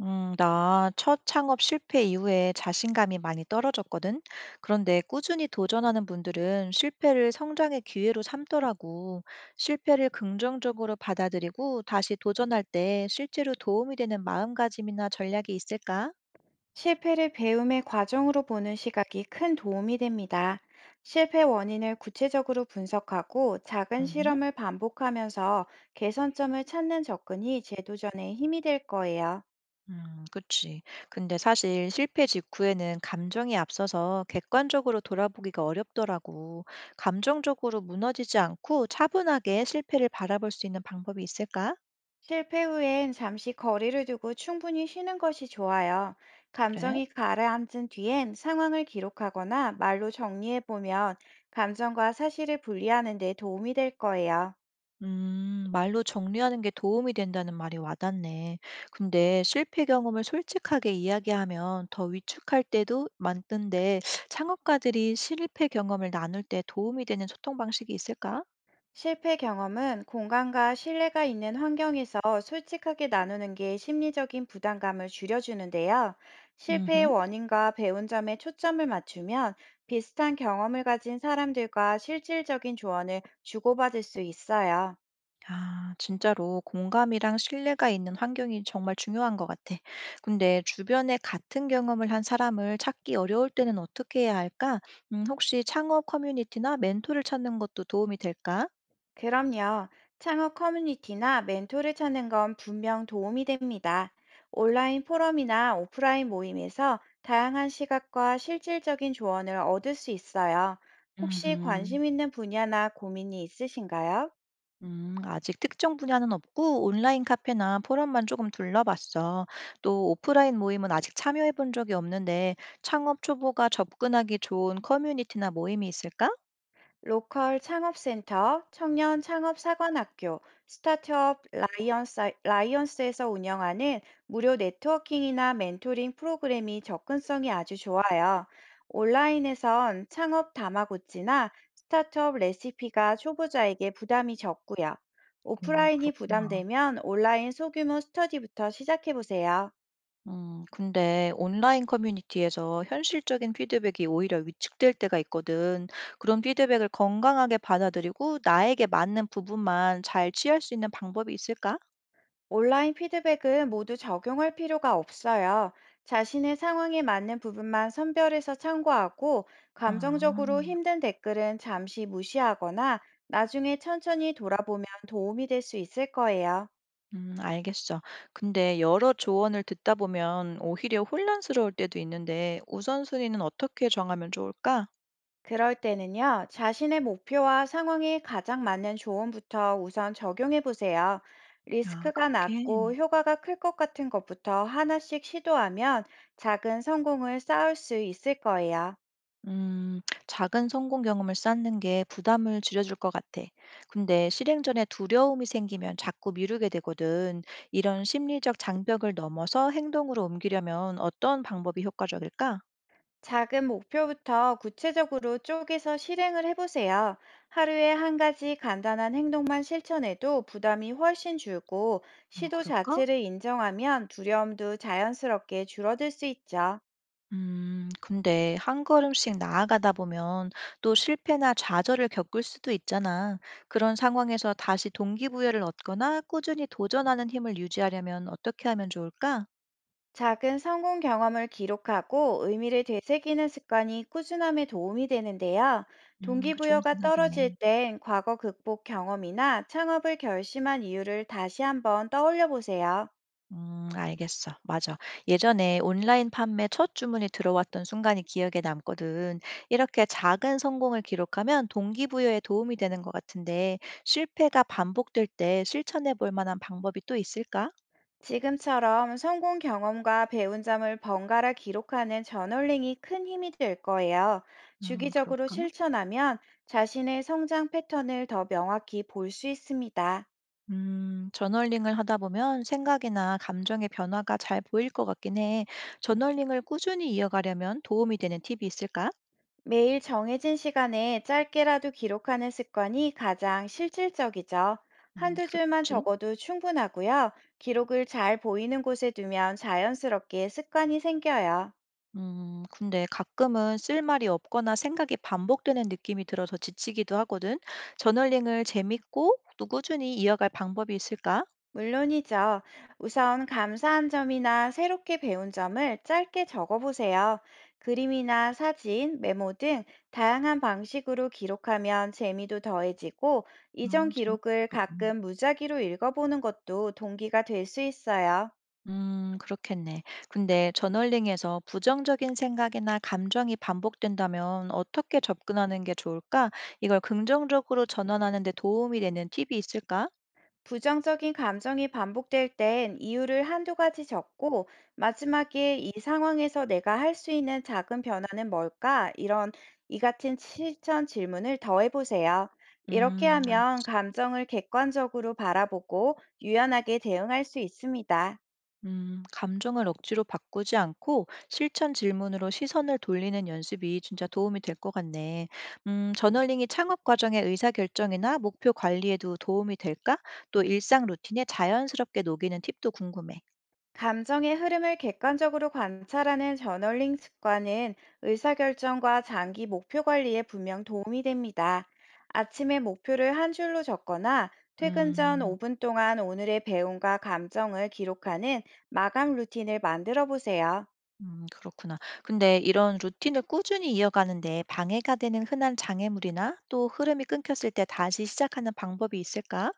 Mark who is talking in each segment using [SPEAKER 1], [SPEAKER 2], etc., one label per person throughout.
[SPEAKER 1] 나 첫 창업 실패 이후에 자신감이 많이 떨어졌거든. 그런데 꾸준히 도전하는 분들은 실패를 성장의 기회로 삼더라고. 실패를 긍정적으로 받아들이고 다시 도전할 때 실제로 도움이 되는 마음가짐이나 전략이 있을까?
[SPEAKER 2] 실패를 배움의 과정으로 보는 시각이 큰 도움이 됩니다. 실패 원인을 구체적으로 분석하고 작은
[SPEAKER 1] 음,
[SPEAKER 2] 실험을 반복하면서 개선점을 찾는 접근이 재도전에 힘이 될 거예요.
[SPEAKER 1] 그치. 근데 사실 실패 직후에는 감정이 앞서서 객관적으로 돌아보기가 어렵더라고. 감정적으로 무너지지 않고 차분하게 실패를 바라볼 수 있는 방법이 있을까?
[SPEAKER 2] 실패 후엔 잠시 거리를 두고 충분히 쉬는 것이 좋아요.
[SPEAKER 1] 그래.
[SPEAKER 2] 감정이 가라앉은 뒤엔 상황을 기록하거나 말로 정리해보면 감정과 사실을 분리하는 데 도움이 될 거예요.
[SPEAKER 1] 말로 정리하는 게 도움이 된다는 말이 와닿네. 근데 실패 경험을 솔직하게 이야기하면 더 위축할 때도 많던데 창업가들이 실패 경험을 나눌 때 도움이 되는 소통 방식이 있을까?
[SPEAKER 2] 실패 경험은 공감과 신뢰가 있는 환경에서 솔직하게 나누는 게 심리적인 부담감을 줄여주는데요. 실패의
[SPEAKER 1] 음.
[SPEAKER 2] 원인과 배운 점에 초점을 맞추면 비슷한 경험을 가진 사람들과 실질적인 조언을 주고받을 수 있어요.
[SPEAKER 1] 아, 진짜로 공감이랑 신뢰가 있는 환경이 정말 중요한 것 같아. 근데 주변에 같은 경험을 한 사람을 찾기 어려울 때는 어떻게 해야 할까? 혹시 창업 커뮤니티나 멘토를 찾는 것도 도움이 될까?
[SPEAKER 2] 그럼요. 창업 커뮤니티나 멘토를 찾는 건 분명 도움이 됩니다. 온라인 포럼이나 오프라인 모임에서 다양한 시각과 실질적인 조언을 얻을 수 있어요. 혹시
[SPEAKER 1] 음
[SPEAKER 2] 관심 있는 분야나 고민이 있으신가요?
[SPEAKER 1] 아직 특정 분야는 없고 온라인 카페나 포럼만 조금 둘러봤어. 또 오프라인 모임은 아직 참여해 본 적이 없는데 창업 초보가 접근하기 좋은 커뮤니티나 모임이 있을까?
[SPEAKER 2] 로컬 창업센터, 청년 창업사관학교, 스타트업 라이언스, 라이언스에서 운영하는 무료 네트워킹이나 멘토링 프로그램이 접근성이 아주 좋아요. 온라인에선 창업 다마고찌나 스타트업 레시피가 초보자에게 부담이 적고요.
[SPEAKER 1] 오,
[SPEAKER 2] 오프라인이
[SPEAKER 1] 그렇구나.
[SPEAKER 2] 부담되면 온라인 소규모 스터디부터 시작해보세요.
[SPEAKER 1] 근데 온라인 커뮤니티에서 현실적인 피드백이 오히려 위축될 때가 있거든. 그런 피드백을 건강하게 받아들이고 나에게 맞는 부분만 잘 취할 수 있는 방법이 있을까?
[SPEAKER 2] 온라인 피드백은 모두 적용할 필요가 없어요. 자신의 상황에 맞는 부분만 선별해서 참고하고,
[SPEAKER 1] 아.
[SPEAKER 2] 감정적으로 힘든 댓글은 잠시 무시하거나 나중에 천천히 돌아보면 도움이 될 수 있을 거예요.
[SPEAKER 1] 알겠어. 근데 여러 조언을 듣다 보면 오히려 혼란스러울 때도 있는데 우선순위는 어떻게 정하면 좋을까?
[SPEAKER 2] 그럴 때는요, 자신의 목표와 상황에 가장 맞는 조언부터 우선 적용해 보세요.
[SPEAKER 1] 아,
[SPEAKER 2] 리스크가
[SPEAKER 1] 그렇게?
[SPEAKER 2] 낮고 효과가 클 것 같은 것부터 하나씩 시도하면 작은 성공을 쌓을 수 있을 거예요.
[SPEAKER 1] 음, 작은 성공 경험을 쌓는 게 부담을 줄여줄 것 같아. 근데 실행 전에 두려움이 생기면 자꾸 미루게 되거든. 이런 심리적 장벽을 넘어서 행동으로 옮기려면 어떤 방법이 효과적일까?
[SPEAKER 2] 작은 목표부터 구체적으로 쪼개서 실행을 해보세요. 하루에 한 가지 간단한 행동만 실천해도 부담이 훨씬 줄고
[SPEAKER 1] 어,
[SPEAKER 2] 시도
[SPEAKER 1] 그럴까?
[SPEAKER 2] 자체를 인정하면 두려움도 자연스럽게 줄어들 수 있죠.
[SPEAKER 1] 근데 한 걸음씩 나아가다 보면 또 실패나 좌절을 겪을 수도 있잖아. 그런 상황에서 다시 동기부여를 얻거나 꾸준히 도전하는 힘을 유지하려면 어떻게 하면 좋을까?
[SPEAKER 2] 작은 성공 경험을 기록하고 의미를 되새기는 습관이 꾸준함에 도움이 되는데요.
[SPEAKER 1] 그 좋은
[SPEAKER 2] 동기부여가 떨어질
[SPEAKER 1] 생각이네.
[SPEAKER 2] 땐 과거 극복 경험이나 창업을 결심한 이유를 다시 한번 떠올려 보세요.
[SPEAKER 1] 알겠어. 맞아. 예전에 온라인 판매 첫 주문이 들어왔던 순간이 기억에 남거든. 이렇게 작은 성공을 기록하면 동기부여에 도움이 되는 것 같은데, 실패가 반복될 때 실천해 볼 만한 방법이 또 있을까?
[SPEAKER 2] 지금처럼 성공 경험과 배운 점을 번갈아 기록하는 저널링이 큰 힘이 될 거예요. 주기적으로
[SPEAKER 1] 그럴까?
[SPEAKER 2] 실천하면 자신의 성장 패턴을 더 명확히 볼 수 있습니다.
[SPEAKER 1] 저널링을 하다 보면 생각이나 감정의 변화가 잘 보일 것 같긴 해. 저널링을 꾸준히 이어가려면 도움이 되는 팁이 있을까?
[SPEAKER 2] 매일 정해진 시간에 짧게라도 기록하는 습관이 가장 실질적이죠. 한두 줄만
[SPEAKER 1] 그렇겠지.
[SPEAKER 2] 적어도 충분하고요. 기록을 잘 보이는 곳에 두면 자연스럽게 습관이 생겨요.
[SPEAKER 1] 근데 가끔은 쓸말이 없거나 생각이 반복되는 느낌이 들어서 지치기도 하거든. 저널링을 재밌고 또 꾸준히 이어갈 방법이 있을까?
[SPEAKER 2] 물론이죠. 우선 감사한 점이나 새롭게 배운 점을 짧게 적어보세요. 그림이나 사진, 메모 등 다양한 방식으로 기록하면 재미도 더해지고, 이전
[SPEAKER 1] 어, 재밌겠다,
[SPEAKER 2] 기록을
[SPEAKER 1] 그거.
[SPEAKER 2] 가끔 무작위로 읽어보는 것도 동기가 될 수 있어요.
[SPEAKER 1] 그렇겠네. 근데 저널링에서 부정적인 생각이나 감정이 반복된다면 어떻게 접근하는 게 좋을까? 이걸 긍정적으로 전환하는 데 도움이 되는 팁이 있을까?
[SPEAKER 2] 부정적인 감정이 반복될 땐 이유를 한두 가지 적고 마지막에 이 상황에서 내가 할 수 있는 작은 변화는 뭘까? 이런 이 같은 실천 질문을 더해 보세요. 이렇게 하면
[SPEAKER 1] 알겠어.
[SPEAKER 2] 감정을 객관적으로 바라보고 유연하게 대응할 수 있습니다.
[SPEAKER 1] 감정을 억지로 바꾸지 않고 실천 질문으로 시선을 돌리는 연습이 진짜 도움이 될 것 같네. 저널링이 창업 과정의 의사결정이나 목표 관리에도 도움이 될까? 또 일상 루틴에 자연스럽게 녹이는 팁도 궁금해.
[SPEAKER 2] 감정의 흐름을 객관적으로 관찰하는 저널링 습관은 의사결정과 장기 목표 관리에 분명 도움이 됩니다. 아침에 목표를 한 줄로 적거나 퇴근 전
[SPEAKER 1] 음.
[SPEAKER 2] 5분 동안 오늘의 배움과 감정을 기록하는 마감 루틴을 만들어 보세요.
[SPEAKER 1] 그렇구나. 근데 이런 루틴을 꾸준히 이어가는데 방해가 되는 흔한 장애물이나 또 흐름이 끊겼을 때 다시 시작하는 방법이 있을까?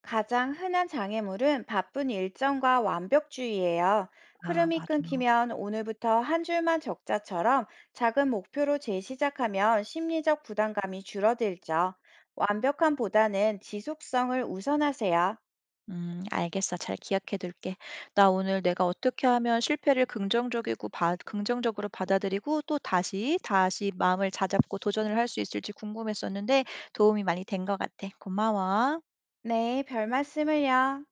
[SPEAKER 2] 가장 흔한 장애물은 바쁜 일정과 완벽주의예요.
[SPEAKER 1] 아, 맞아.
[SPEAKER 2] 흐름이 끊기면 오늘부터 한 줄만 적자처럼 작은 목표로 재시작하면 심리적 부담감이 줄어들죠. 완벽함보다는 지속성을 우선하세요.
[SPEAKER 1] 알겠어. 잘 기억해 둘게. 나 오늘 내가 어떻게 하면 실패를 긍정적이고 긍정적으로 받아들이고 또 다시 마음을 다잡고 도전을 할 수 있을지 궁금했었는데 도움이 많이 된 것 같아. 고마워.
[SPEAKER 2] 네, 별 말씀을요.